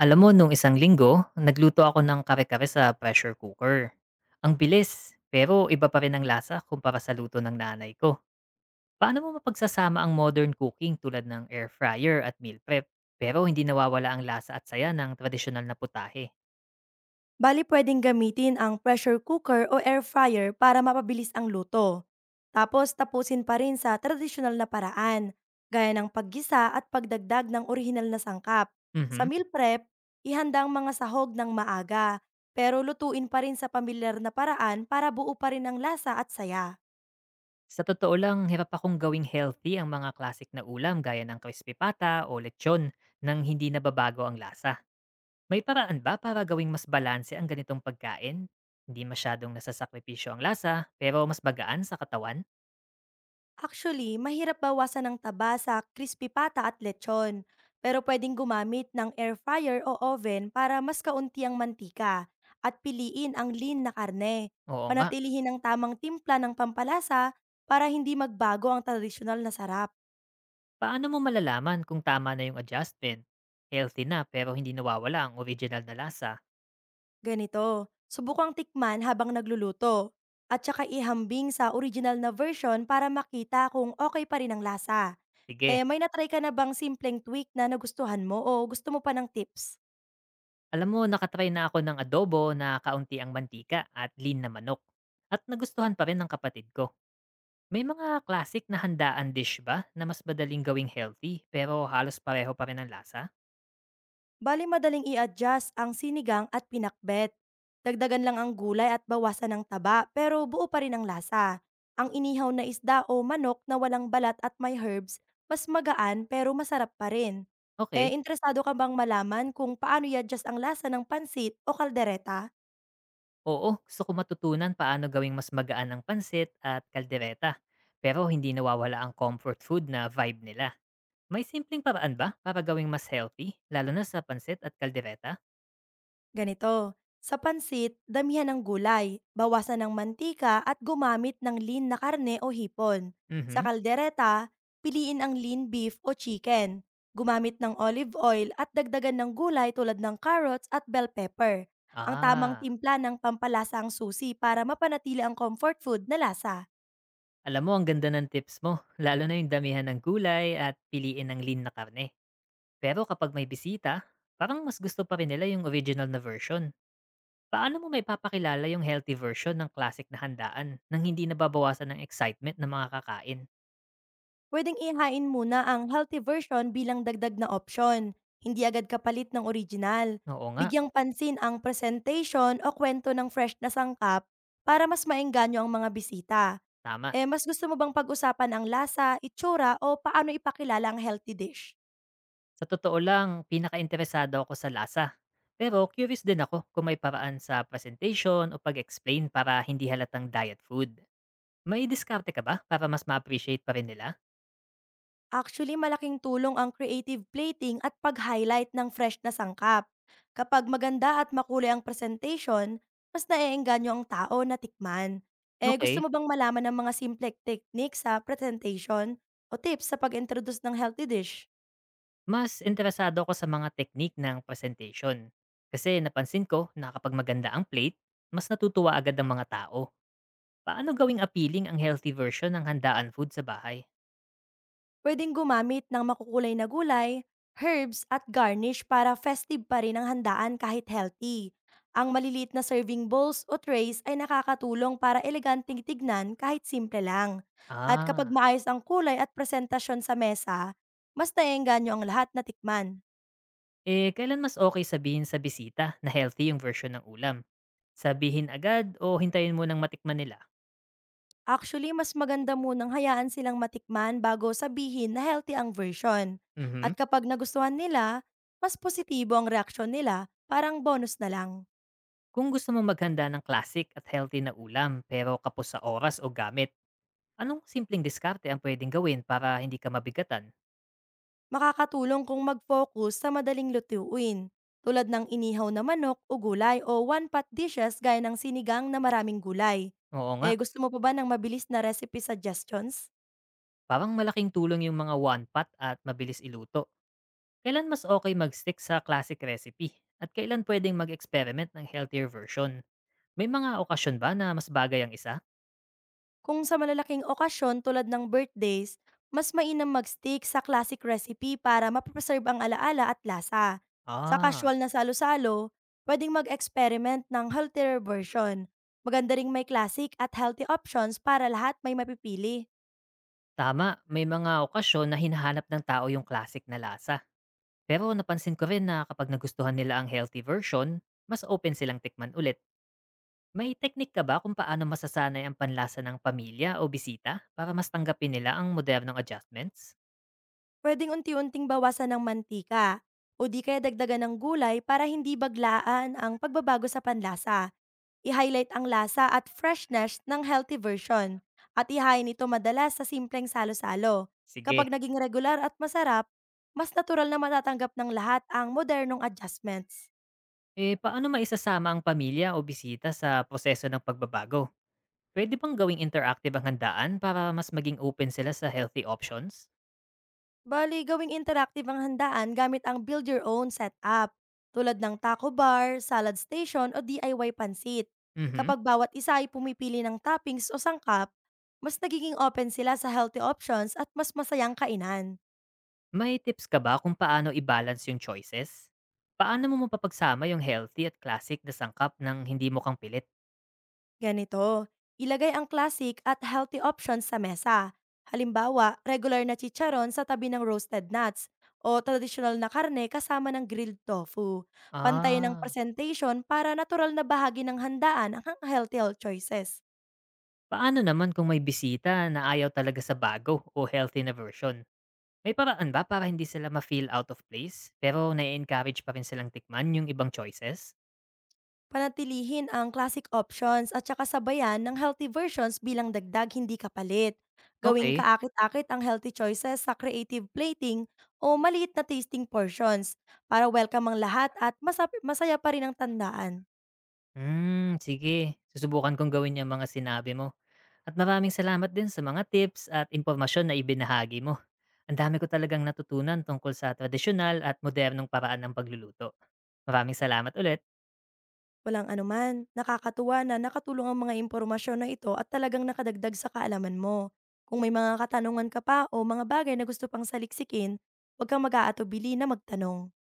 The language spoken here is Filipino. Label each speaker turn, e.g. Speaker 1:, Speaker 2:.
Speaker 1: Alam mo nung isang linggo, nagluto ako ng kare-kare sa pressure cooker. Ang bilis, pero iba pa rin ang lasa kumpara sa luto ng nanay ko. Paano mo mapagsasama ang modern cooking tulad ng air fryer at meal prep, pero hindi nawawala ang lasa at saya ng tradisyonal na putahe?
Speaker 2: Bali pwedeng gamitin ang pressure cooker o air fryer para mapabilis ang luto. Tapos tapusin pa rin sa tradisyonal na paraan, gaya ng paggisa at pagdagdag ng orihinal na sangkap. Sa
Speaker 1: Mhm.
Speaker 2: meal prep, ihanda ang mga sahog ng maaga, pero lutuin pa rin sa pamilyar na paraan para buo pa rin ang lasa at saya.
Speaker 1: Sa totoo lang, hirap akong gawing healthy ang mga classic na ulam gaya ng crispy pata o lechon nang hindi nababago ang lasa. May paraan ba para gawing mas balanse ang ganitong pagkain? Hindi masyadong nasasakripisyo ang lasa, pero mas bagaan sa katawan?
Speaker 2: Actually, mahirap bawasan ng taba sa crispy pata at lechon, pero pwedeng gumamit ng air fryer o oven para mas kaunti ang mantika at piliin ang lean na karne.
Speaker 1: Oo nga.
Speaker 2: Panatilihin ang tamang timpla ng pampalasa para hindi magbago ang tradisyonal na sarap.
Speaker 1: Paano mo malalaman kung tama na yung adjustment? Healthy na pero hindi nawawala ang original na lasa.
Speaker 2: Ganito, subukang tikman habang nagluluto at saka ihambing sa original na version para makita kung okay pa rin ang lasa.
Speaker 1: Sige.
Speaker 2: Eh, may natry ka na bang simpleng tweak na nagustuhan mo o gusto mo pa ng tips?
Speaker 1: Alam mo, nakatry na ako ng adobo na kaunti ang mantika at lean na manok. At nagustuhan pa rin ng kapatid ko. May mga classic na handaan dish ba na mas madaling gawing healthy pero halos pareho pa rin ang lasa?
Speaker 2: Bali madaling i-adjust ang sinigang at pinakbet. Dagdagan lang ang gulay at bawasan ng taba pero buo pa rin ang lasa. Ang inihaw na isda o manok na walang balat at may herbs, mas magaan pero masarap pa rin.
Speaker 1: Okay.
Speaker 2: Eh, interesado ka bang malaman kung paano i-adjust ang lasa ng pansit o kaldereta?
Speaker 1: Oo, gusto ko matutunan paano gawing mas magaan ang pansit at kaldereta. Pero hindi nawawala ang comfort food na vibe nila. May simpleng paraan ba para gawing mas healthy, lalo na sa pansit at kaldereta?
Speaker 2: Ganito, sa pansit, damihan ng gulay, bawasan ng mantika at gumamit ng lean na karne o hipon. Sa
Speaker 1: Mhm.
Speaker 2: kaldereta, piliin ang lean beef o chicken. Gumamit ng olive oil at dagdagan ng gulay tulad ng carrots at bell pepper. Ang tamang
Speaker 1: Ah,
Speaker 2: timpla ng pampalasa ang susi para mapanatili ang comfort food na lasa.
Speaker 1: alam mo ang ganda ng tips mo, lalo na yung damihan ng gulay at piliin ng lean na karne. Pero kapag may bisita, parang mas gusto pa rin nila yung original na version. Paano mo may papakilala yung healthy version ng classic na handaan nang hindi nababawasan ng excitement ng mga kakain?
Speaker 2: Puwedeng ihain muna ang healthy version bilang dagdag na opsyon, hindi agad kapalit ng original.
Speaker 1: Oo nga,
Speaker 2: Bigyang pansin ang presentation o kwento ng fresh na sangkap para mas maengganyo ang mga bisita.
Speaker 1: tama.
Speaker 2: Eh, mas gusto mo bang pag-usapan ang lasa, itsura o paano ipakilala ang healthy dish?
Speaker 1: Sa totoo lang, pinaka interesado ako sa lasa. Pero curious din ako kung may paraan sa presentation o pag-explain para hindi halatang diet food. May diskarte ka ba para mas ma-appreciate pa rin nila?
Speaker 2: Actually, malaking tulong ang creative plating at pag-highlight ng fresh na sangkap. Kapag maganda at makulay ang presentation, mas naiengganyo ang tao na tikman. Eh, gusto
Speaker 1: Okay,
Speaker 2: mo bang malaman ng mga simple techniques sa presentation o tips sa pag-introduce ng healthy dish?
Speaker 1: mas interesado ako sa mga technique ng presentation. Kasi napansin ko na kapag maganda ang plate, mas natutuwa agad ang mga tao. Paano gawing appealing ang healthy version ng handaan food sa bahay?
Speaker 2: Pwedeng gumamit ng makukulay na gulay, herbs at garnish para festive pa rin ang handaan kahit healthy. Ang maliliit na serving bowls o trays ay nakakatulong para eleganteng tignan kahit simple lang. At kapag
Speaker 1: Ah.
Speaker 2: maayos ang kulay at presentasyon sa mesa, mas naiengganyo ang lahat na tikman.
Speaker 1: Eh, kailan mas okay sabihin sa bisita na healthy yung version ng ulam? Sabihin agad o hintayin mo ng matikman nila?
Speaker 2: Actually, mas maganda munang hayaan silang matikman bago sabihin na healthy ang version.
Speaker 1: Mhm.
Speaker 2: At kapag nagustuhan nila, mas positibo ang reaksyon nila, parang bonus na lang.
Speaker 1: Kung gusto mo maghanda ng classic at healthy na ulam pero kapos sa oras o gamit, anong simpleng diskarte ang pwedeng gawin para hindi ka mabigatan?
Speaker 2: Makakatulong kung mag-focus sa madaling lutuin, tulad ng inihaw na manok o gulay o one-pot dishes gaya ng sinigang na maraming gulay.
Speaker 1: Oo nga,
Speaker 2: Eh gusto mo pa ba ng mabilis na recipe suggestions?
Speaker 1: parang malaking tulong yung mga one pot at mabilis iluto. Kailan mas okay mag-stick sa classic recipe? At kailan pwedeng mag-experiment ng healthier version? May mga okasyon ba na mas bagay ang isa?
Speaker 2: Kung sa malalaking okasyon tulad ng birthdays, mas mainam mag-stick sa classic recipe para mapreserve ang alaala at lasa. Sa
Speaker 1: Ah.
Speaker 2: casual na salo-salo, pwedeng mag-experiment ng healthier version. Maganda ring may classic at healthy options para lahat may mapipili.
Speaker 1: Tama, may mga okasyon na hinahanap ng tao yung classic na lasa. Pero napansin ko rin na kapag nagustuhan nila ang healthy version, mas open silang tikman ulit. May teknik ka ba kung paano masasanay ang panlasa ng pamilya o bisita para mas tanggapin nila ang modernong adjustments?
Speaker 2: Puwedeng unti-unting bawasan ng mantika o di kaya dagdagan ng gulay para hindi baglaan ang pagbabago sa panlasa. I-highlight ang lasa at freshness ng healthy version at ihain ito madalas sa simpleng salo-salo.
Speaker 1: Sige.
Speaker 2: Kapag naging regular at masarap, mas natural na matatanggap ng lahat ang modernong adjustments.
Speaker 1: Eh, paano maisasama ang pamilya o bisita sa proseso ng pagbabago? Pwede bang gawing interactive ang handaan para mas maging open sila sa healthy options?
Speaker 2: Bale, gawing interactive ang handaan gamit ang build your own setup, tulad ng taco bar, salad station o DIY pansit.
Speaker 1: Mhm.
Speaker 2: Kapag bawat isa ay pumipili ng toppings o sangkap, mas nagiging open sila sa healthy options at mas masayang kainan.
Speaker 1: May tips ka ba kung paano i-balance yung choices? Paano mo mapapagsama yung healthy at classic na sangkap ng hindi mo kang pilit?
Speaker 2: Ganito, ilagay ang classic at healthy options sa mesa. Halimbawa, regular na chicharon sa tabi ng roasted nuts o traditional na karne kasama ng grilled tofu. Pantayin ang
Speaker 1: Ah,
Speaker 2: presentation para natural na bahagi ng handaan ang healthy choices.
Speaker 1: paano naman kung may bisita na ayaw talaga sa bago o healthy na version? May paraan ba para hindi sila ma-feel out of place pero na-encourage pa rin silang tikman yung ibang choices?
Speaker 2: Panatilihin ang classic options at saka sabayan ng healthy versions bilang dagdag hindi kapalit. Gawing
Speaker 1: Okay.
Speaker 2: kaakit-akit ang healthy choices sa creative plating o maliit na tasting portions para welcome ang lahat at masaya pa rin ang tandaan.
Speaker 1: Hmm, sige. Susubukan kong gawin yung mga sinabi mo. At maraming salamat din sa mga tips at impormasyon na ibinahagi mo. Ang dami ko talagang natutunan tungkol sa tradisyonal at modernong paraan ng pagluluto. Maraming salamat ulit.
Speaker 2: Walang anuman, nakakatuwa na nakatulong ang mga impormasyon na ito at talagang nakadagdag sa kaalaman mo. Kung may mga katanungan ka pa o mga bagay na gusto pang saliksikin, huwag kang mag-aatubili na magtanong.